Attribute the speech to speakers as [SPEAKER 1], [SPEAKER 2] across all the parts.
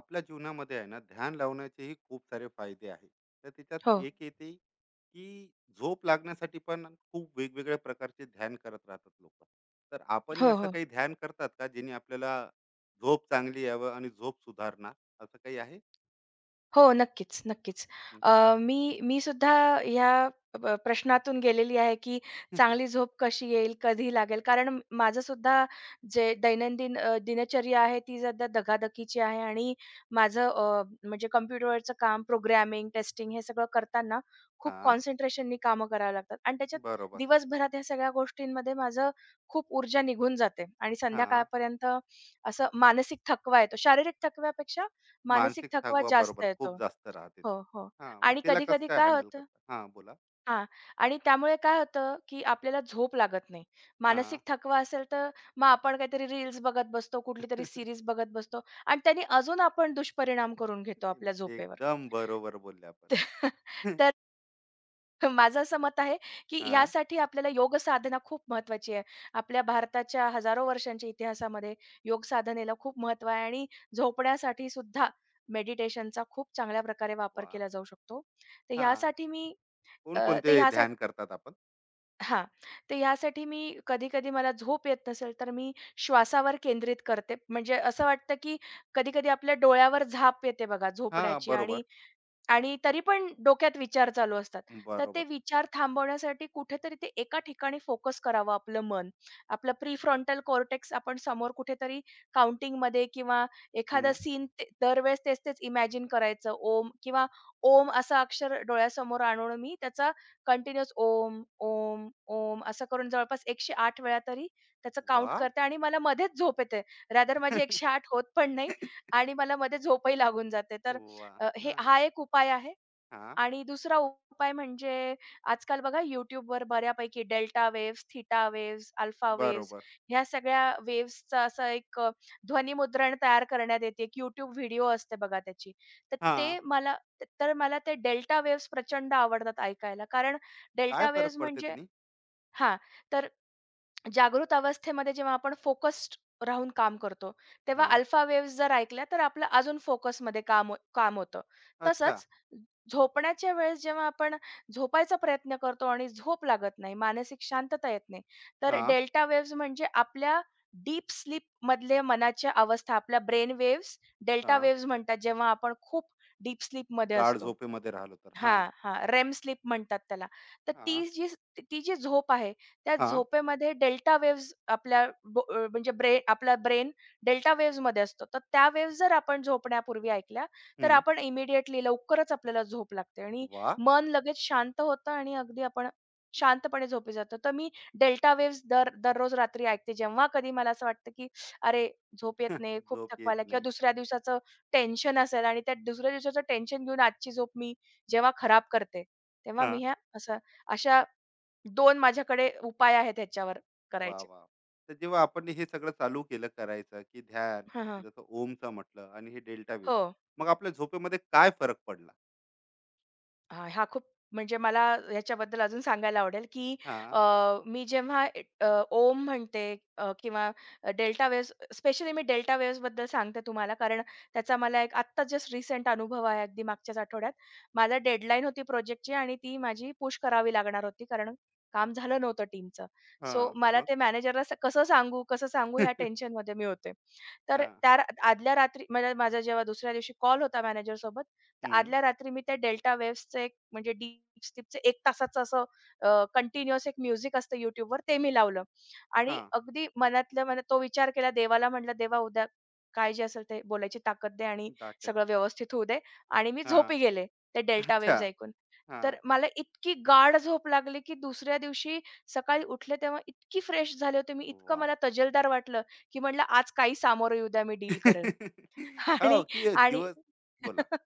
[SPEAKER 1] आपल्या जीवनामध्ये आहे ना, ध्यान लावण्याचेही खूप सारे फायदे आहेत. तर त्याच्यात
[SPEAKER 2] हो.
[SPEAKER 1] एक येते, की झोप लागण्यासाठी पण खूप वेगवेगळ्या प्रकारचे ध्यान करत राहतात लोक. तर आपणही
[SPEAKER 2] हो,
[SPEAKER 1] असं
[SPEAKER 2] हो.
[SPEAKER 1] काही ध्यान करतात का, जेणे आपल्याला झोप चांगली यावं आणि झोप सुधारणार, असं काही आहे?
[SPEAKER 2] हो, नक्कीच, नक्कीच.
[SPEAKER 1] हं.
[SPEAKER 2] अ, मी मी सुद्धा ह्या प्रश्नातून गेलेली आहे, की चांगली झोप कशी येईल, कधी लागेल? कारण माझं सुद्धा जे दैनंदिन दिनचर्या आहे ती सध्या धकाधकीची आहे आणि माझं म्हणजे कॉम्प्युटरवरचं काम, प्रोग्रामिंग, टेस्टिंग हे सगळं करताना खूप
[SPEAKER 1] हा,
[SPEAKER 2] कॉन्सन्ट्रेशननी कामं करावी लागतात आणि त्याच्यात
[SPEAKER 1] बरोबर.
[SPEAKER 2] दिवसभरात ह्या सगळ्या गोष्टींमध्ये माझं खूप ऊर्जा निघून जाते आणि
[SPEAKER 1] हा,
[SPEAKER 2] संध्याकाळपर्यंत असं मानसिक थकवा येतो. शारीरिक थकव्यापेक्षा मानसिक
[SPEAKER 1] मानसिक
[SPEAKER 2] थकवा
[SPEAKER 1] थकवा
[SPEAKER 2] जास्त
[SPEAKER 1] बरोबर खूप
[SPEAKER 2] येतो.
[SPEAKER 1] जास्त राहते
[SPEAKER 2] हो,
[SPEAKER 1] ते.
[SPEAKER 2] हो.
[SPEAKER 1] हा, मग
[SPEAKER 2] आणि
[SPEAKER 1] त्याला कसं
[SPEAKER 2] कधी-कधी
[SPEAKER 1] काय
[SPEAKER 2] काय
[SPEAKER 1] हँडल
[SPEAKER 2] होतं
[SPEAKER 1] करतात, हा बोला.
[SPEAKER 2] हां. आणि त्यामुळे काय होतं, की आपल्याला झोप लागत नाही.
[SPEAKER 1] हा.
[SPEAKER 2] मानसिक थकवा असेल तर मग आपण काहीतरी रील्स बघत बसतो, कुठली तरी सीरीज बघत बसतो आणि त्याने अजून आपण दुष्परिणाम करून घेतो आपल्या झोपेवर.
[SPEAKER 1] एकदम बरोबर बोलले आपण.
[SPEAKER 2] तर माझं असं मत आहे, की
[SPEAKER 1] हा.
[SPEAKER 2] यासाठी आपल्याला योग साधना खूप महत्त्वाची आहे. आपल्या भारताच्या हजारो वर्षांच्या इतिहासामध्ये योग साधनेला खूप महत्त्व आहे आणि झोपण्यासाठी सुद्धा मेडिटेशनचा खूप चांगल्या प्रकारे वापर
[SPEAKER 1] वा.
[SPEAKER 2] केला जाऊ शकतो. तर
[SPEAKER 1] हा,
[SPEAKER 2] ह्यासाठी मी अ, तर
[SPEAKER 1] कोणकोणते
[SPEAKER 2] ह्यासाठी
[SPEAKER 1] ध्यान करतात आपण?
[SPEAKER 2] हां. तर ह्यासाठी मी कधी-कधी मला झोप येत नसेल, तर मी श्वासावर केंद्रित करते. म्हणजे असं वाटतं, की कधी-कधी आपल्या डोळ्यावर झाप येते बघा
[SPEAKER 1] हां,
[SPEAKER 2] झोपण्याची आणि
[SPEAKER 1] बरोबर,
[SPEAKER 2] आणि तरी पण डोक्यात विचार चालू असतात. तर ते
[SPEAKER 1] बरोबर.
[SPEAKER 2] विचार थांबवण्यासाठी कुठेतरी ते एका ठिकाणी फोकस करावं आपलं मन. आपलं प्रीफ्रंटल कॉर्टेक्स आपण समोर कुठेतरी काउंटिंगमध्ये किंवा एखादा
[SPEAKER 1] हं.
[SPEAKER 2] सीन दरवेळेस तेच-तेच इमॅजिन करायचं. ओम किंवा ओम असं अक्षर डोळ्यासमोर आणून मी त्याचा कंटिन्यूअस ओम, ओम, ओम असं करून जवळपास 108 वेळा तरी त्याचं काउंट
[SPEAKER 1] वाह!
[SPEAKER 2] करते आणि मला मध्येच झोप येते. रादर माझी 108 होत पण नाहीत आणि मला मध्ये झोपही लागून जाते. तर
[SPEAKER 1] वाह!
[SPEAKER 2] अ, हे
[SPEAKER 1] हां,
[SPEAKER 2] हा एक उपाय आहे
[SPEAKER 1] हां,
[SPEAKER 2] आणि दुसरा उपाय म्हणजे आजकाल बघा YouTubeवर बऱ्यापैकी delta waves, theta waves, alpha waves
[SPEAKER 1] बरोबर.
[SPEAKER 2] ह्या सगळ्या वेव्हजचं असं एक ध्वनिमुद्रण तयार करण्यात येते. एक YouTube व्हिडिओ असते बघा त्याची. तर ते
[SPEAKER 1] हां,
[SPEAKER 2] मला तर मला ते डेल्टा वेव्हज प्रचंड आवडतात ऐकायला. कारण
[SPEAKER 1] काय
[SPEAKER 2] डेल्टा
[SPEAKER 1] फरक
[SPEAKER 2] वेव्हज
[SPEAKER 1] पडते
[SPEAKER 2] म्हणजे
[SPEAKER 1] त्यानी?
[SPEAKER 2] हां. तर जागृत अवस्थेमध्ये जेव्हा आपण फोकस्ड राहून काम करतो, तेव्हा
[SPEAKER 1] हां,
[SPEAKER 2] अल्फा वेव्हज जर ऐकल्या तर आपलं अजून फोकसमध्ये काम होतं.
[SPEAKER 1] अच्छा.
[SPEAKER 2] तसंच झोपण्याच्या वेळेस जेव्हा आपण झोपायचा प्रयत्न करतो आणि झोप लागत नाही, मानसिक शांतता येत नाही, तर
[SPEAKER 1] हां,
[SPEAKER 2] डेल्टा वेव्हज म्हणजे आपल्या डीप स्लीपमधले मनाच्या अवस्था, आपल्या ब्रेन वेव्हज डेल्टा
[SPEAKER 1] हां.
[SPEAKER 2] वेव्हज म्हणतात, जेव्हा आपण खूप डीप स्लीपमध्ये
[SPEAKER 1] गाढ
[SPEAKER 2] असतो.
[SPEAKER 1] झोपेमध्ये राहिलो तर. हां,
[SPEAKER 2] हां, हां. रेम स्लीप म्हणतात त्याला. तर
[SPEAKER 1] हां,
[SPEAKER 2] ती जी स- ती जी झोप आहे, त्या
[SPEAKER 1] हां.
[SPEAKER 2] झोपेमध्ये डेल्टा वेव्हज आपल्या ब अ, म्हणजे ब्रे आपला ब्रेन डेल्टा वेव्हजमध्ये असतो. तर त्या वेव्हज जर आपण झोपण्यापूर्वी ऐकल्या, तर
[SPEAKER 1] हं.
[SPEAKER 2] आपण इमिडिएटली लवकरच आपल्याला झोप लागते आणि
[SPEAKER 1] वाह!
[SPEAKER 2] मन लगेच शांत होतं आणि अगदी आपण शांतपणे झोपी जातो. तर मी डेल्टा वेव्हज दररोज रात्री ऐकते. जेव्हा कधी मला असं वाटतं, की अरे, झोप येत नाही, खूप
[SPEAKER 1] झोप
[SPEAKER 2] थकवा
[SPEAKER 1] येत
[SPEAKER 2] किंवा
[SPEAKER 1] नाहीये.
[SPEAKER 2] दुसऱ्या दिवसाचं टेन्शन असेल आणि त्या दुसऱ्या दिवसाचं टेन्शन घेऊन आजची झोप मी जेव्हा खराब करते, तेव्हा मी
[SPEAKER 1] हां.
[SPEAKER 2] ह्या असं अशा 2 माझ्याकडे उपाय आहेत ह्याच्यावर
[SPEAKER 1] वाह,
[SPEAKER 2] करायचे.
[SPEAKER 1] वाह! तर जेव्हा आपण हे सगळं चालू केलं करायचं, की ध्यान
[SPEAKER 2] हां, हां.
[SPEAKER 1] जसं ओमचं म्हटलं आणि हे डेल्टा वेव्ह,
[SPEAKER 2] हो.
[SPEAKER 1] मग आपल्या झोपेमध्ये काय फरक पडला?
[SPEAKER 2] हां, हा खूप म्हणजे मला ह्याच्याबद्दल अजून सांगायला आवडेल, की अ,
[SPEAKER 1] हां,
[SPEAKER 2] मी जेव्हा ए- अ, ओम म्हणते किंवा डेल्टा वेव्हज स्पेशली मी डेल्टा वेव्हजबद्दल सांगते तुम्हाला, कारण त्याचा मला एक आत्ता जस्ट रिसेंट अनुभव आहे अगदी मागच्याच आठवड्यात. माझा डेडलाईन होती प्रोजेक्टची आणि ती माझी पुश करावी लागणार होती, कारण काम झालं नव्हतं टीमचं. सो
[SPEAKER 1] हां.
[SPEAKER 2] मला
[SPEAKER 1] मग?
[SPEAKER 2] ते मॅनेजरला कसं सांगू ह्या टेन्शनमध्ये मी होते.
[SPEAKER 1] हां,
[SPEAKER 2] आदल्या रात्री म्हणजे माझा जेव्हा दुसऱ्या दिवशी कॉल होता मॅनेजरसोबत, तर
[SPEAKER 1] हं.
[SPEAKER 2] आदल्या रात्री मी त्या डेल्टा वेव्हचं एक म्हणजे डीप स्लीपचं एक तासाचं असं कंटिन्युअस एक म्युझिक असतं YouTubeवर ते मी लावलं आणि
[SPEAKER 1] हां.
[SPEAKER 2] अगदी मनातल्या मनात तो विचार केला देवाला म्हटलं, "देवा उद्या काय जे असेल ते बोलायची ताकद दे आणि
[SPEAKER 1] ताकद
[SPEAKER 2] सगळं
[SPEAKER 1] दे.
[SPEAKER 2] व्यवस्थित होऊ दे." आणि मी झोपी
[SPEAKER 1] हां.
[SPEAKER 2] गेले ते डेल्टा
[SPEAKER 1] अच्छा.
[SPEAKER 2] वेव्हज ऐकून. तर
[SPEAKER 1] हां.
[SPEAKER 2] मला इतकी गाढ झोप लागली, की दुसऱ्या दिवशी सकाळी उठले तेव्हा इतकी फ्रेश झाले होते मी, इतकं
[SPEAKER 1] वाह!
[SPEAKER 2] मला तजेलदार वाटलं, की म्हटलं आज काही सामोरं येऊ द्या मी डील करेल
[SPEAKER 1] हो,
[SPEAKER 2] आणि
[SPEAKER 1] की
[SPEAKER 2] आणि
[SPEAKER 1] दिवस बोला.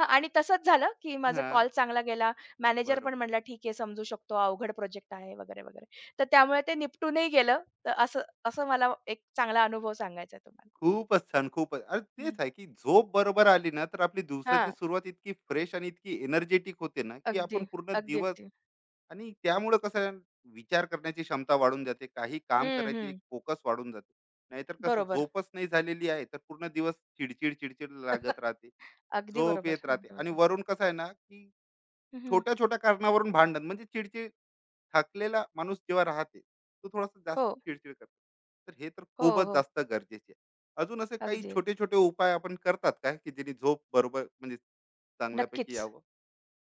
[SPEAKER 2] आणि तसंच झालं, की माझा
[SPEAKER 1] हां.
[SPEAKER 2] कॉल चांगला गेला. मॅनेजर
[SPEAKER 1] बरोबर.
[SPEAKER 2] पण म्हणाला, "ठीक आहे, समजू शकतो. अवघड प्रोजेक्ट आहे," वगैरे, वगैरे. तर त्यामुळे ते निपटूनही गेलं. तर असं असं मला एक चांगला अनुभव सांगायचा आहे तुम्हाला.
[SPEAKER 1] खूपच छान, खूपच. अरे
[SPEAKER 2] हं.
[SPEAKER 1] तेच आहे, की झोप बरोबर आली ना, तर आपली दिवसाची
[SPEAKER 2] हां.
[SPEAKER 1] सुरुवात इतकी फ्रेश आणि इतकी एनर्जेटिक होते ना, की
[SPEAKER 2] अगदी,
[SPEAKER 1] आपण पूर्ण
[SPEAKER 2] अगदी,
[SPEAKER 1] दिवस.
[SPEAKER 2] अगदी.
[SPEAKER 1] आणि त्यामुळं कसं आहे, विचार करण्याची क्षमता वाढून जाते. काही काम
[SPEAKER 2] हं,
[SPEAKER 1] करायची एक
[SPEAKER 2] हं.
[SPEAKER 1] फोकस वाढून जाते. नाहीतर कसं
[SPEAKER 2] बरोबर.
[SPEAKER 1] झोपच नाही झालेली आहे, तर पूर्ण दिवस चिडचिड, चिडचिड लागत राहते.
[SPEAKER 2] अगदी
[SPEAKER 1] झोप
[SPEAKER 2] बरोबर,
[SPEAKER 1] येत राहते
[SPEAKER 2] अगदी
[SPEAKER 1] आणि
[SPEAKER 2] बरोबर.
[SPEAKER 1] वरून कसं आहे ना, की
[SPEAKER 2] हं,
[SPEAKER 1] छोट्या छोट्या कारणावरून भांडण म्हणजे चिडचिड. थकलेला माणूस जेव्हा राहते, तो थोडासा
[SPEAKER 2] हो,
[SPEAKER 1] जास्त चिडचिड करतो. तर हे तर
[SPEAKER 2] हो,
[SPEAKER 1] खूपच
[SPEAKER 2] हो.
[SPEAKER 1] जास्त गरजेचे आहे. अजून असे काही
[SPEAKER 2] अगदी.
[SPEAKER 1] छोटे छोटे उपाय आपण करतात काय, की जेणे झोप बरोबर म्हणजे चांगल्यापैकी
[SPEAKER 2] नक्कीच.
[SPEAKER 1] यावं?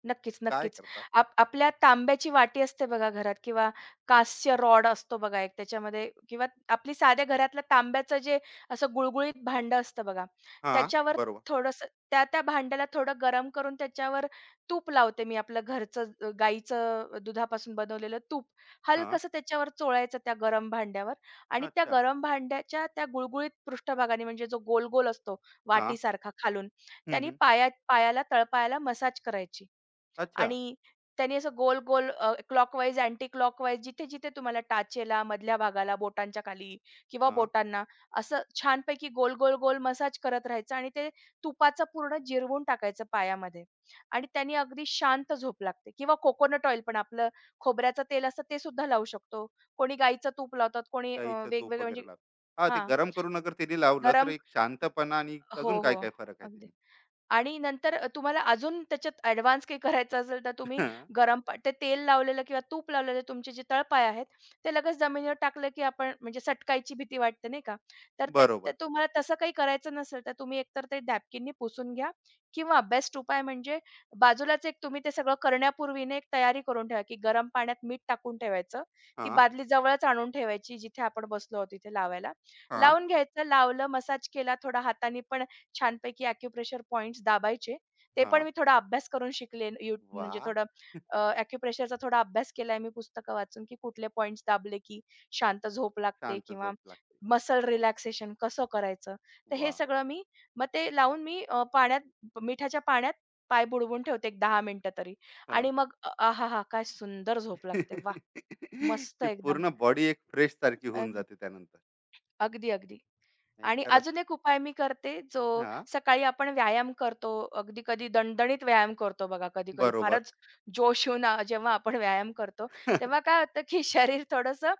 [SPEAKER 2] नक्कीच,
[SPEAKER 1] काय
[SPEAKER 2] नक्कीच.
[SPEAKER 1] करतात?
[SPEAKER 2] आपल्या तांब्याची वाटी असते बघा घरात किंवा काचच्या रॉड असतो बघा एक त्याच्यामध्ये किंवा आपली साध्या घरातलं तांब्याचं जे असं गुळगुळीत भांडं असतं बघा,
[SPEAKER 1] हा,
[SPEAKER 2] त्याच्यावर
[SPEAKER 1] बरोबर.
[SPEAKER 2] थोडंसं त्या भांड्याला थोडं गरम करून त्याच्यावर तूप लावते मी आपलं घरचं गाईचं दुधापासून बनवलेलं तूप.
[SPEAKER 1] हा,
[SPEAKER 2] हलकसं त्याच्यावर चोळायचं त्या गरम भांड्यावर आणि त्या
[SPEAKER 1] अच्छा.
[SPEAKER 2] गरम भांड्याच्या त्या गुळगुळीत पृष्ठभागाने म्हणजे जो गोल-गोल असतो
[SPEAKER 1] हा,
[SPEAKER 2] वाटीसारखा खालून,
[SPEAKER 1] हम्म,
[SPEAKER 2] त्यानी
[SPEAKER 1] हम्म.
[SPEAKER 2] पायाला, तळपायाला मसाज करायची.
[SPEAKER 1] अच्छा.
[SPEAKER 2] आणि त्यांनी असं गोल-गोल क्लॉकवाईज, अँटी क्लॉकवाईज जिथे-जिथे तुम्हाला टाचेला, मधल्या भागाला, बोटांच्या खाली किंवा
[SPEAKER 1] हा.
[SPEAKER 2] बोटांना असं छानपैकी गोल-गोल-गोल मसाज करत राहायचं आणि ते तुपाचं पूर्ण जिरवून टाकायचं पायामध्ये आणि त्यानी अगदी शांत झोप लागते किंवा कोकोनट ऑइल पण आपलं खोबऱ्याचं तेल असतं ते सुद्धा लावू शकतो. कोणी गाईचं तूप लावतात, कोणी अ,
[SPEAKER 1] गाईचं तूप
[SPEAKER 2] वेगवेगळं म्हणजे
[SPEAKER 1] वगैरे लाव. हा, ते
[SPEAKER 2] हां.
[SPEAKER 1] गरम करून अगर तिने लावलं तर
[SPEAKER 2] गरम
[SPEAKER 1] एक शांतपणा आणि
[SPEAKER 2] हो,
[SPEAKER 1] अजून काय
[SPEAKER 2] हो.
[SPEAKER 1] काय फरक आहे?
[SPEAKER 2] अगदी. आणि नंतर तुम्हाला अजून त्याच्यात ॲडव्हान्स काही करायचं असेल तर तुम्ही
[SPEAKER 1] तिने.
[SPEAKER 2] गरम पा ते तेल लावलेलं किंवा तूप लावलेलं तुमचे जे तळपाय आहेत, ते लगेच जमिनीवर टाकलं की आपण म्हणजे सटकायची भीती वाटते नाही का? तर ते ते
[SPEAKER 1] बरोबर.
[SPEAKER 2] तुम्हाला तसं काही करायचं नसेल तर तुम्ही एकतर ते नॅपकिननी पुसून घ्या किंवा बेस्ट उपाय म्हणजे बाजूलाच एक तुम्ही ते सगळं करण्यापूर्वी ना एक तयारी करून ठेवा, की गरम पाण्यात मीठ टाकून ठेवायचं. ती
[SPEAKER 1] हा.
[SPEAKER 2] बादली जवळच आणून ठेवायची जिथे आपण बसलो आहोत तिथे लावायला.
[SPEAKER 1] हा.
[SPEAKER 2] लावून घ्यायचं, लावलं, मसाज केला थोडा हाताने पण छानपैकी ॲक्युप्रेशर पॉइंट्स दाबायचे. ते
[SPEAKER 1] हा.
[SPEAKER 2] पण मी थोडा अभ्यास करून शिकले. यू म्हणजे
[SPEAKER 1] वा.
[SPEAKER 2] थोडं अ, थोडा अभ्यास केलाय मी पुस्तकं वाचून, की कुठले पॉइंट्स दाबले की शांत झोप लागते
[SPEAKER 1] शांत
[SPEAKER 2] किंवा
[SPEAKER 1] झोप लागते.
[SPEAKER 2] मसल रिलॅक्सेशन कसं करायचं. तर हे
[SPEAKER 1] वा,
[SPEAKER 2] सगळं मी मग ते लावून मी अ, पाण्यात मिठाच्या पाण्यात पाय बुडवून ठेवते एक 10 मिनिटं तरी
[SPEAKER 1] हां.
[SPEAKER 2] आणि मग आहाहा! काय सुंदर झोप लागते. वाह! मस्त
[SPEAKER 1] की
[SPEAKER 2] एकदम.
[SPEAKER 1] पूर्ण बॉडी एक फ्रेश सारखी होऊन
[SPEAKER 2] अगदी,
[SPEAKER 1] जाते त्यानंतर.
[SPEAKER 2] अगदी, अगदी.
[SPEAKER 1] नाही
[SPEAKER 2] आणि
[SPEAKER 1] खरंच.
[SPEAKER 2] अजून एक उपाय मी करते, जो
[SPEAKER 1] हां,
[SPEAKER 2] सकाळी आपण व्यायाम करतो. अगदी कधी दणदणीत व्यायाम करतो बघा, कधी-कधी
[SPEAKER 1] बरोबर.
[SPEAKER 2] फारच जोश येऊन जेव्हा आपण व्यायाम करतो, तेव्हा काय होतं, की शरीर थोडंसं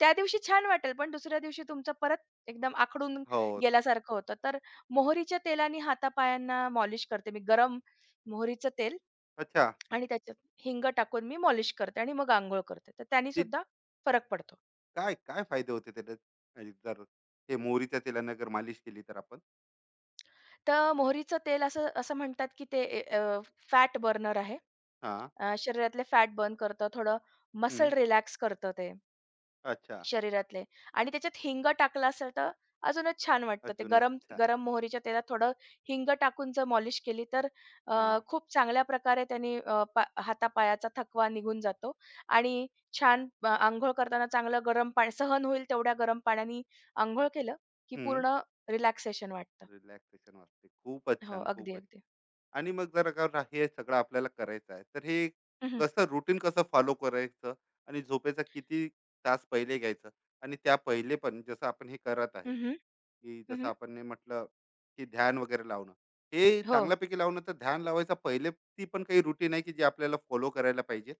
[SPEAKER 2] त्या दिवशी छान वाटेल, पण दुसऱ्या दिवशी तुमचं परत एकदम आखडून
[SPEAKER 1] हो.
[SPEAKER 2] गेल्यासारखं होतं. तर मोहरीच्या तेलाने हातापायांना मॉलिश करते मी. गरम मोहरीचं तेल
[SPEAKER 1] अच्छा,
[SPEAKER 2] आणि त्याच्यात हिंग टाकून मी मॉलिश करते आणि मग अंघोळ करते. तर त्यानी
[SPEAKER 1] ते
[SPEAKER 2] सुद्धा फरक पडतो.
[SPEAKER 1] काय काय फायदे होते त्याच्यात? आणि जर ते मोहरीच्या तेलानं जर मालिश केली तर आपण?
[SPEAKER 2] मोहरीचं तेल असं असं म्हणतात, की ते फॅट बर्नर आहे.
[SPEAKER 1] हां.
[SPEAKER 2] शरीरातले फॅट बर्न करतं, थोडं मसल
[SPEAKER 1] हं.
[SPEAKER 2] रिलॅक्स करतं ते
[SPEAKER 1] अच्छा.
[SPEAKER 2] शरीरातले आणि त्याच्यात हिंग टाकलं असेल तर अजूनच छान वाटतं. ते
[SPEAKER 1] अजूनच
[SPEAKER 2] गरम
[SPEAKER 1] छान.
[SPEAKER 2] गरम मोहरीच्या तेलात थोडं हिंग टाकून जर मॉलिश केली तर
[SPEAKER 1] हां.
[SPEAKER 2] खूप चांगल्या प्रकारे त्याने अ, पा हातापायाचा थकवा निघून जातो आणि छान अंघोळ करताना चांगलं गरम पाणी सहन होईल तेवढ्या गरम पाण्याने अंघोळ केलं, की
[SPEAKER 1] हं.
[SPEAKER 2] पूर्ण रिलॅक्सेशन वाटतं.
[SPEAKER 1] रिलॅक्सेशन वाटते. खूपच
[SPEAKER 2] हो,
[SPEAKER 1] छान,
[SPEAKER 2] अगदी,
[SPEAKER 1] खूपच.
[SPEAKER 2] अगदी.
[SPEAKER 1] आणि मग जर का रा- हे सगळं आपल्याला करायचं आहे, तर हे
[SPEAKER 2] हं, हं.
[SPEAKER 1] कसं रुटीन कसं फॉलो करायचं आणि झोपेचा किती तास पहिले घ्यायचं? आणि त्या पहिले पण जसं आपण हे करत आहे,
[SPEAKER 2] हं, हं.
[SPEAKER 1] की जसं आपण हे म्हटलं, की ध्यान वगैरे लावणं, हे
[SPEAKER 2] हो.
[SPEAKER 1] चांगल्यापैकी लावणं, तर ध्यान लावायचा पहिले ती पण काही रुटीन आहे, की जे आपल्याला फॉलो करायला पाहिजे?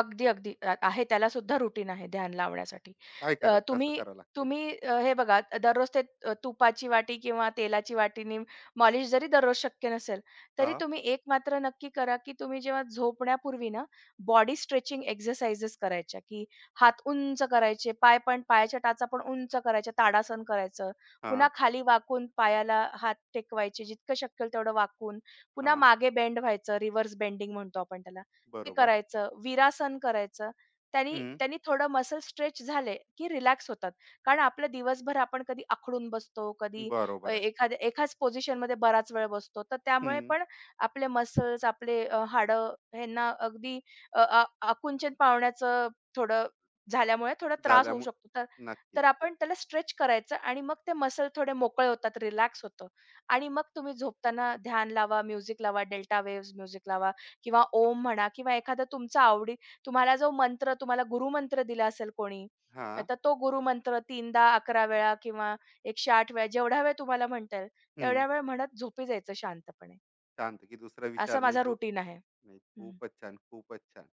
[SPEAKER 2] अगदी, अगदी. आहे त्याला सुद्धा रुटीन आहे ध्यान लावण्यासाठी.
[SPEAKER 1] काय
[SPEAKER 2] अ,
[SPEAKER 1] करत कसं
[SPEAKER 2] तुम्ही
[SPEAKER 1] करावं लागते?
[SPEAKER 2] तुम्ही हे बघा दररोज ते तुपाची वाटी किंवा तेलाची वाटीनी मॉलिश जरी दररोज शक्य नसेल, तरी
[SPEAKER 1] हा.
[SPEAKER 2] तुम्ही एक मात्र नक्की करा, की तुम्ही जेव्हा झोपण्यापूर्वी ना बॉडी स्ट्रेचिंग एक्सरसाइजेस करायच्या, की हात उंच करायचे, पाय पण पायाच्या टाचा पण उंच करायच्या, ताडासन करायचं.
[SPEAKER 1] हा.
[SPEAKER 2] पुन्हा खाली वाकून पायाला हात टेकवायचे जितकं शक्य होईल तेवढं वाकून. पुन्हा
[SPEAKER 1] हा.
[SPEAKER 2] मागे बेंड व्हायचं, रिव्हर्स बेंडिंग म्हणतो आपण त्याला. हे
[SPEAKER 1] बरोबर.
[SPEAKER 2] करायचं, वीरासन करायचं. त्यानी
[SPEAKER 1] हम्म.
[SPEAKER 2] त्यानी थोडं मसल स्ट्रेच झाले, की रिलॅक्स होतात. कारण आपलं दिवसभर आपण कधी आखडून बसतो,
[SPEAKER 1] बरोबर आहे.
[SPEAKER 2] एखाद्या एकाच पोझिशनमध्ये बराच वेळ बसतो. तर त्यामुळे
[SPEAKER 1] हम्म.
[SPEAKER 2] पण आपले मसल्स, आपले हाडं ह्यांना अगदी अ, आ आकुंचन पावण्याचं थोडं झाल्यामुळे थोडा त्रास होऊ शकतो. तर
[SPEAKER 1] झाल्यामुळे नक्कीच.
[SPEAKER 2] तर आपण त्याला स्ट्रेच करायचं आणि मग ते मसल थोडे मोकळे होतात, रिलॅक्स होतं आणि मग तुम्ही झोपताना ध्यान लावा, म्युझिक लावा, डेल्टा वेव्हज म्युझिक लावा किंवा ओम म्हणा किंवा एखादा तुमचा आवडी तुम्हाला जो मंत्र तुम्हाला गुरुमंत्र दिला असेल कोणी,
[SPEAKER 1] हा.
[SPEAKER 2] तर तो गुरुमंत्र 3दा, 11 वेळा किंवा 108 वेळा जेवढ्या वेळ तुम्हाला म्हणता येईल,
[SPEAKER 1] हम्म.
[SPEAKER 2] तेवढ्या वेळ म्हणत झोपी जायचं शांतपणे.
[SPEAKER 1] शांत, की दुसरा
[SPEAKER 2] असा
[SPEAKER 1] विचार नाही
[SPEAKER 2] माझा
[SPEAKER 1] जो.
[SPEAKER 2] रुटीन आहे.
[SPEAKER 1] नाही
[SPEAKER 2] हं,
[SPEAKER 1] खूपच छान, खूपच छान.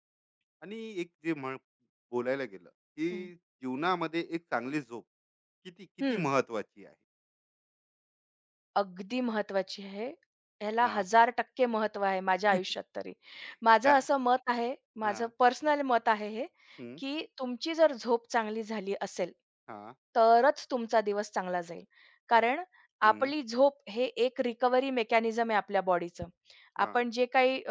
[SPEAKER 1] आणि एक जे म्हण बोलायला गेलं,
[SPEAKER 2] हं.
[SPEAKER 1] की जीवनामध्ये एक चांगली झोप किती किती
[SPEAKER 2] हं.
[SPEAKER 1] महत्वाची आहे!
[SPEAKER 2] अगदी महत्त्वाची आहे. ह्याला
[SPEAKER 1] हा.
[SPEAKER 2] 1000% महत्त्व आहे माझ्या आयुष्यात तरी. माझं
[SPEAKER 1] काय.
[SPEAKER 2] असं मत आहे,
[SPEAKER 1] हा.
[SPEAKER 2] माझं पर्सनल मत आहे हे,
[SPEAKER 1] हम्म.
[SPEAKER 2] की तुमची जर झोप चांगली झाली असेल,
[SPEAKER 1] हा.
[SPEAKER 2] तरच तुमचा दिवस चांगला जाईल. कारण
[SPEAKER 1] हम्म.
[SPEAKER 2] आपली झोप हे एक रिकव्हरी मेकॅनिझम आहे आपल्या बॉडीचं.
[SPEAKER 1] हा.
[SPEAKER 2] आपण जे काही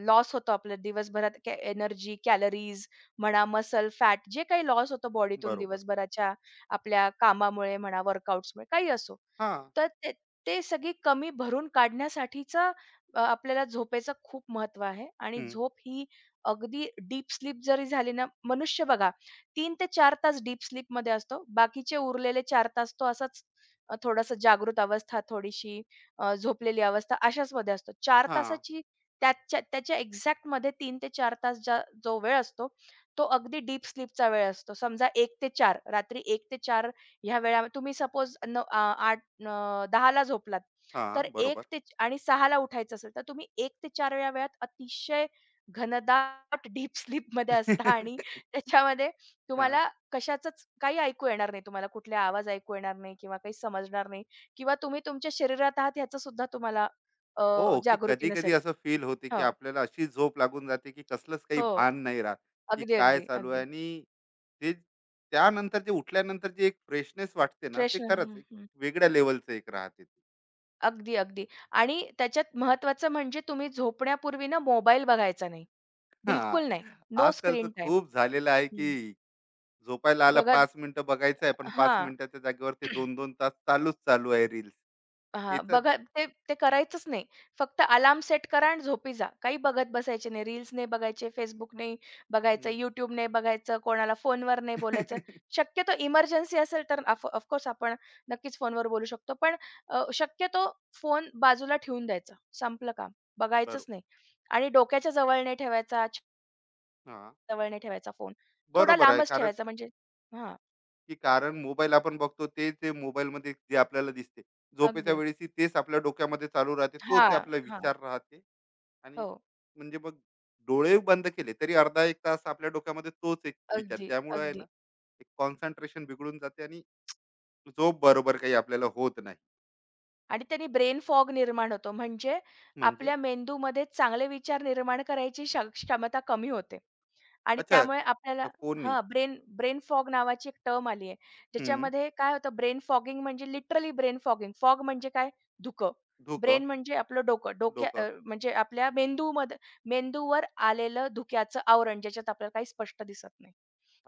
[SPEAKER 2] लॉस होतो आपल्या दिवसभरात एनर्जी, कॅलरीज म्हणा, मसल फॅट जे काही लॉस होतो बॉडीतून
[SPEAKER 1] बरोबर.
[SPEAKER 2] दिवसभराच्या आपल्या कामामुळे म्हणा, वर्कआउट्समुळे काही असो.
[SPEAKER 1] हा.
[SPEAKER 2] तर ते ते सगळी कमी भरून काढण्यासाठीचं आपल्याला झोपेचं खूप महत्त्व आहे आणि
[SPEAKER 1] हम्म.
[SPEAKER 2] झोप ही अगदी डीप स्लीप जरी झाली ना, मनुष्य बघा तीन ते 4 तास डीप स्लीपमध्ये असतो. बाकीचे उरलेले 4 तास तो असाच थोडासा जागृत अवस्था, झोपलेली अवस्था अशाचमध्ये असतो. 4
[SPEAKER 1] हा.
[SPEAKER 2] तासाची त्याच्या त्याच्या एक्झॅक्टमध्ये 3 ते 4 तास जो वेळ असतो, तो अगदी डीप स्लीपचा वेळ असतो. समजा 1 ते 4 रात्री 1 ते 4 ह्या वेळा तुम्ही सपोज न 10:00ला झोपलात,
[SPEAKER 1] हा.
[SPEAKER 2] तर एक
[SPEAKER 1] बरोबर.
[SPEAKER 2] ते आणि सहाला उठायचं असेल, तर तुम्ही एक ते 4 या वेळात अतिशय घनदाट डीप स्लीपमध्ये असता आणि त्याच्यामध्ये
[SPEAKER 1] हा.
[SPEAKER 2] तुम्हाला कशाचंच काही ऐकू येणार नाही. तुम्हाला कुठले आवाज ऐकू येणार नाही किंवा काही समजणार नाही किंवा तुम्ही तुमच्या शरीरात आहात ह्याचं सुद्धा तुम्हाला अ,
[SPEAKER 1] हो, की
[SPEAKER 2] जागृती
[SPEAKER 1] कधी कधी
[SPEAKER 2] नसेल.
[SPEAKER 1] असं फील होते, की
[SPEAKER 2] हो,
[SPEAKER 1] आपल्याला अशी झोप लागून जाते, की कसलंच काही
[SPEAKER 2] हो.
[SPEAKER 1] भान नाही राहत, की
[SPEAKER 2] अगदी,
[SPEAKER 1] काय
[SPEAKER 2] अगदी,
[SPEAKER 1] चालू आहे.
[SPEAKER 2] अगदी.
[SPEAKER 1] आणि ते त्यानंतर जे उठल्यानंतर जे एक फ्रेशनेस वाटते ना, ते
[SPEAKER 2] फ्रेश
[SPEAKER 1] खरंच एक वेगळ्या लेवलचं एक राहते.
[SPEAKER 2] अगदी, अगदी. आणि त्याच्यात महत्त्वाचं म्हणजे तुम्ही झोपण्यापूर्वी ना मोबाईल बघायचा नाही. बिलकुल
[SPEAKER 1] हां.
[SPEAKER 2] नाही. नो
[SPEAKER 1] आजकालचं
[SPEAKER 2] स्क्रीन टाईम.
[SPEAKER 1] खूप झालेलं आहे,
[SPEAKER 2] हं.
[SPEAKER 1] की झोपायला आला
[SPEAKER 2] बघा
[SPEAKER 1] 5 मिनिटं बघायचं आहे, पण 5
[SPEAKER 2] हां.
[SPEAKER 1] मिनिटाच्या जागेवर ते 2-2 तास चालूच चालू आहे रील्स.
[SPEAKER 2] हां,
[SPEAKER 1] याचा
[SPEAKER 2] बघा ते ते करायचंच नाही. फक्त अलार्म सेट करा आणि झोपी जा. काही बघत बसायचे नाही. रील्स नाही बघायचे, Facebook नाही बघायचं,
[SPEAKER 1] हं.
[SPEAKER 2] YouTube नाही बघायचं, कोणाला फोनवर नाही बोलायचं. शक्यतो इमर्जन्सी असेल तर ऑफकोर्स आपण नक्कीच फोनवर बोलू शकतो. पण शक्यतो फोन बाजूला ठेवून द्यायचा. संपलं काम. बघायचंच
[SPEAKER 1] बरोबर.
[SPEAKER 2] नाही आणि डोक्याच्या जवळ नाही ठेवायचा, छातीच्या
[SPEAKER 1] हां.
[SPEAKER 2] जवळ नाही ठेवायचा फोन. थोडा
[SPEAKER 1] बरोबर आहे.
[SPEAKER 2] लांबच
[SPEAKER 1] कारण.
[SPEAKER 2] ठेवायचा म्हणजे हां,
[SPEAKER 1] की कारण मोबाईल आपण बघतो, ते ते मोबाईलमध्ये जे आपल्याला दिसते. झोपेच्या
[SPEAKER 2] अगदी.
[SPEAKER 1] वेळेसही तेच आपल्या डोक्यामध्ये चालू राहते. तोच
[SPEAKER 2] हां,
[SPEAKER 1] आपला
[SPEAKER 2] हां.
[SPEAKER 1] विचार राहते. आणि
[SPEAKER 2] हो.
[SPEAKER 1] म्हणजे मग डोळे बंद केले तरी अर्धा 1 तास आपल्या डोक्यामध्ये तोच एक विचार.
[SPEAKER 2] अगदी,
[SPEAKER 1] ज्यामुळं आहे ना,
[SPEAKER 2] अगदी.
[SPEAKER 1] एक कॉन्सन्ट्रेशन बिघडून जाते आणि झोप बरोबर काही आपल्याला होत नाही.
[SPEAKER 2] आणि त्यानी ब्रेन फॉग निर्माण होतो. म्हणजे
[SPEAKER 1] म्हणजे?
[SPEAKER 2] आपल्या मेंदूमध्ये चांगले विचार निर्माण करायची क्षमता कमी होते. आणि
[SPEAKER 1] अच्छा,
[SPEAKER 2] त्यामुळे आपल्याला
[SPEAKER 1] त्या फोननी.
[SPEAKER 2] हां, ब्रेन ब्रेन फॉग नावाची एक टर्म आली आहे.
[SPEAKER 1] हं.
[SPEAKER 2] ज्याच्यामध्ये काय होतं ब्रेन फॉगिंग म्हणजे लिटरली ब्रेन फॉगिंग. फॉग म्हणजे काय? धुकं.
[SPEAKER 1] धुकं.
[SPEAKER 2] ब्रेन म्हणजे आपलं डोकं.
[SPEAKER 1] डोकं.
[SPEAKER 2] म्हणजे आपल्या मेंदूमध्ये मेंदूवर आलेलं धुक्याचं आवरण, ज्याच्यात आपल्याला काही स्पष्ट दिसत नाही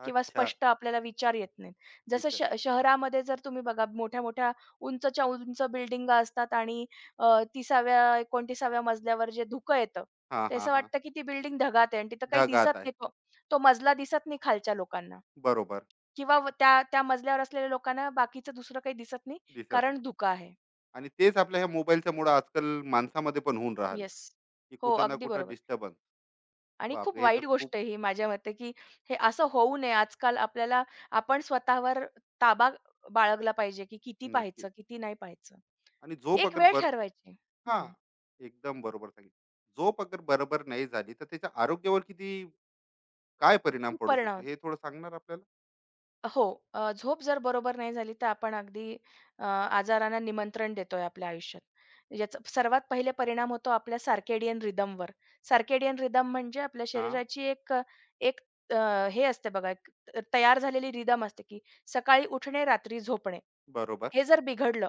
[SPEAKER 2] किंवा
[SPEAKER 1] अच्छा,
[SPEAKER 2] स्पष्ट आपल्याला विचार येत नाहीत. जसं श
[SPEAKER 1] विचार.
[SPEAKER 2] शहरामध्ये जर तुम्ही बघा मोठ्या-मोठ्या, उंचच्या उंच बिल्डिंगा असतात आणि अ, 30व्या 29व्या मजल्यावर जे धुकं येतं,
[SPEAKER 1] हां,
[SPEAKER 2] ते
[SPEAKER 1] हां,
[SPEAKER 2] असं
[SPEAKER 1] हां.
[SPEAKER 2] वाटतं की ती बिल्डिंग ढगात आहे आणि तिथं काही
[SPEAKER 1] ढगात
[SPEAKER 2] दिसत
[SPEAKER 1] आहे.
[SPEAKER 2] नाही. तो मजला दिसत नाही खालच्या लोकांना
[SPEAKER 1] बरोबर,
[SPEAKER 2] किंवा त्या त्या मजल्यावर असलेल्या लोकांना बाकीचं दुसरं काही दिसत नाही,
[SPEAKER 1] दिसत नाही.
[SPEAKER 2] कारण धुकं आहे.
[SPEAKER 1] आणि तेच आपल्या ह्या मोबाईलच्या मुळं आजकाल माणसामध्ये पण होऊन राहिलं,
[SPEAKER 2] येस.
[SPEAKER 1] की
[SPEAKER 2] हो,
[SPEAKER 1] कुठं ना
[SPEAKER 2] अगदी
[SPEAKER 1] कुठं
[SPEAKER 2] बरोबर.
[SPEAKER 1] डिस्टर्बन्स.
[SPEAKER 2] आणि खूप
[SPEAKER 1] बापरे! हे तर
[SPEAKER 2] वाईट
[SPEAKER 1] खूप.
[SPEAKER 2] गोष्ट आहे ही माझ्या मते, की हे असं होऊ नये. आजकाल आपल्याला आपण स्वतःवर ताबा बाळगला पाहिजे, की किती पाहायचं,
[SPEAKER 1] नक्कीच.
[SPEAKER 2] किती नाही पाहायचं.
[SPEAKER 1] आणि झोप
[SPEAKER 2] एक
[SPEAKER 1] अगर
[SPEAKER 2] वेळ
[SPEAKER 1] बर.
[SPEAKER 2] ठरवायची. हं.
[SPEAKER 1] हां, एकदम बरोबर सांगितलं. झोप अगर बरोबर नाही झाली, तर त्याच्या आरोग्यावर किती, काय परिणाम
[SPEAKER 2] खूप
[SPEAKER 1] पडू
[SPEAKER 2] परिणाम
[SPEAKER 1] शकतो,
[SPEAKER 2] होतो.
[SPEAKER 1] हे थोडं सांगणार आपल्याला?
[SPEAKER 2] हो. झोप जर बरोबर नाही झाली, तर आपण अगदी आजारांना निमंत्रण देतोय आपल्या आयुष्यात. याचा सर्वात पहिले परिणाम होतो आपल्या सर्केडियन रिदमवर. सार्केडियन रिदम म्हणजे आपल्या
[SPEAKER 1] हां,
[SPEAKER 2] शरीराची एक एक हे असते बघा, एक तयार झालेली रिदम असते, की सकाळी उठणे, रात्री झोपणे.
[SPEAKER 1] बरोबर.
[SPEAKER 2] हे जर बिघडलं,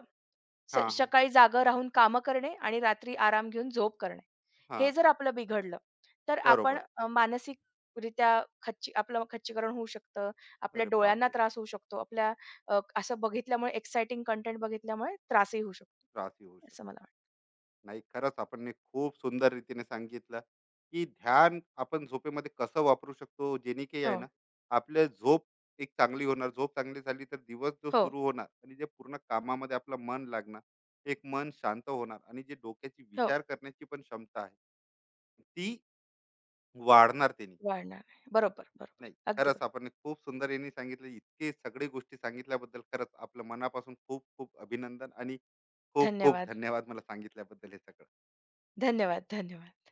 [SPEAKER 2] स
[SPEAKER 1] हां, हां.
[SPEAKER 2] सकाळी जागं राहून कामं करणे आणि रात्री आराम घेऊन झोप करणे. हे
[SPEAKER 1] हां,
[SPEAKER 2] जर आपलं बिघडलं, तर आपण
[SPEAKER 1] बरोबर.
[SPEAKER 2] अ, मानसिकरित्या खच्ची आपलं खच्चीकरण होऊ शकतं. आपल्या
[SPEAKER 1] अरे
[SPEAKER 2] डोळ्यांना
[SPEAKER 1] बापरे!
[SPEAKER 2] त्रास होऊ शकतो. आपल्या अ, असं बघितल्यामुळे एक्साइटिंग कंटेंट बघितल्यामुळे त्रासही होऊ शकतो.
[SPEAKER 1] त्रासही होऊ
[SPEAKER 2] असं
[SPEAKER 1] शकतो.
[SPEAKER 2] मला वाटतं.
[SPEAKER 1] नाही खरंच आपण हे खूप सुंदर रीतीने सांगितलं, की ध्यान आपण झोपेमध्ये कसं वापरू शकतो, जेणे की आहे
[SPEAKER 2] हो,
[SPEAKER 1] ना आपल्या झोप एक चांगली होणार, झोप चांगली झाली तर दिवस जो
[SPEAKER 2] हो,
[SPEAKER 1] सुरू होणार आणि जे पूर्ण कामामध्ये आपलं मन लागणार, एक मन शांत होणार आणि जे डोक्याची
[SPEAKER 2] हो.
[SPEAKER 1] विचार करण्याची पण क्षमता आहे, ती वाढणार त्यांनी.
[SPEAKER 2] वाढणार आहे. बरोबर, बरोबर.
[SPEAKER 1] नाही
[SPEAKER 2] अगदी
[SPEAKER 1] खरंच
[SPEAKER 2] बरोबर.
[SPEAKER 1] आपण हे खूप सुंदर यांनी सांगितलं, इतके सगळे गोष्टी सांगितल्याबद्दल खरंच आपलं मनापासून खूप खूप अभिनंदन आणि खूप खूप
[SPEAKER 2] धन्यवाद,
[SPEAKER 1] धन्यवाद मला सांगितल्याबद्दल हे सगळं.
[SPEAKER 2] धन्यवाद, धन्यवाद.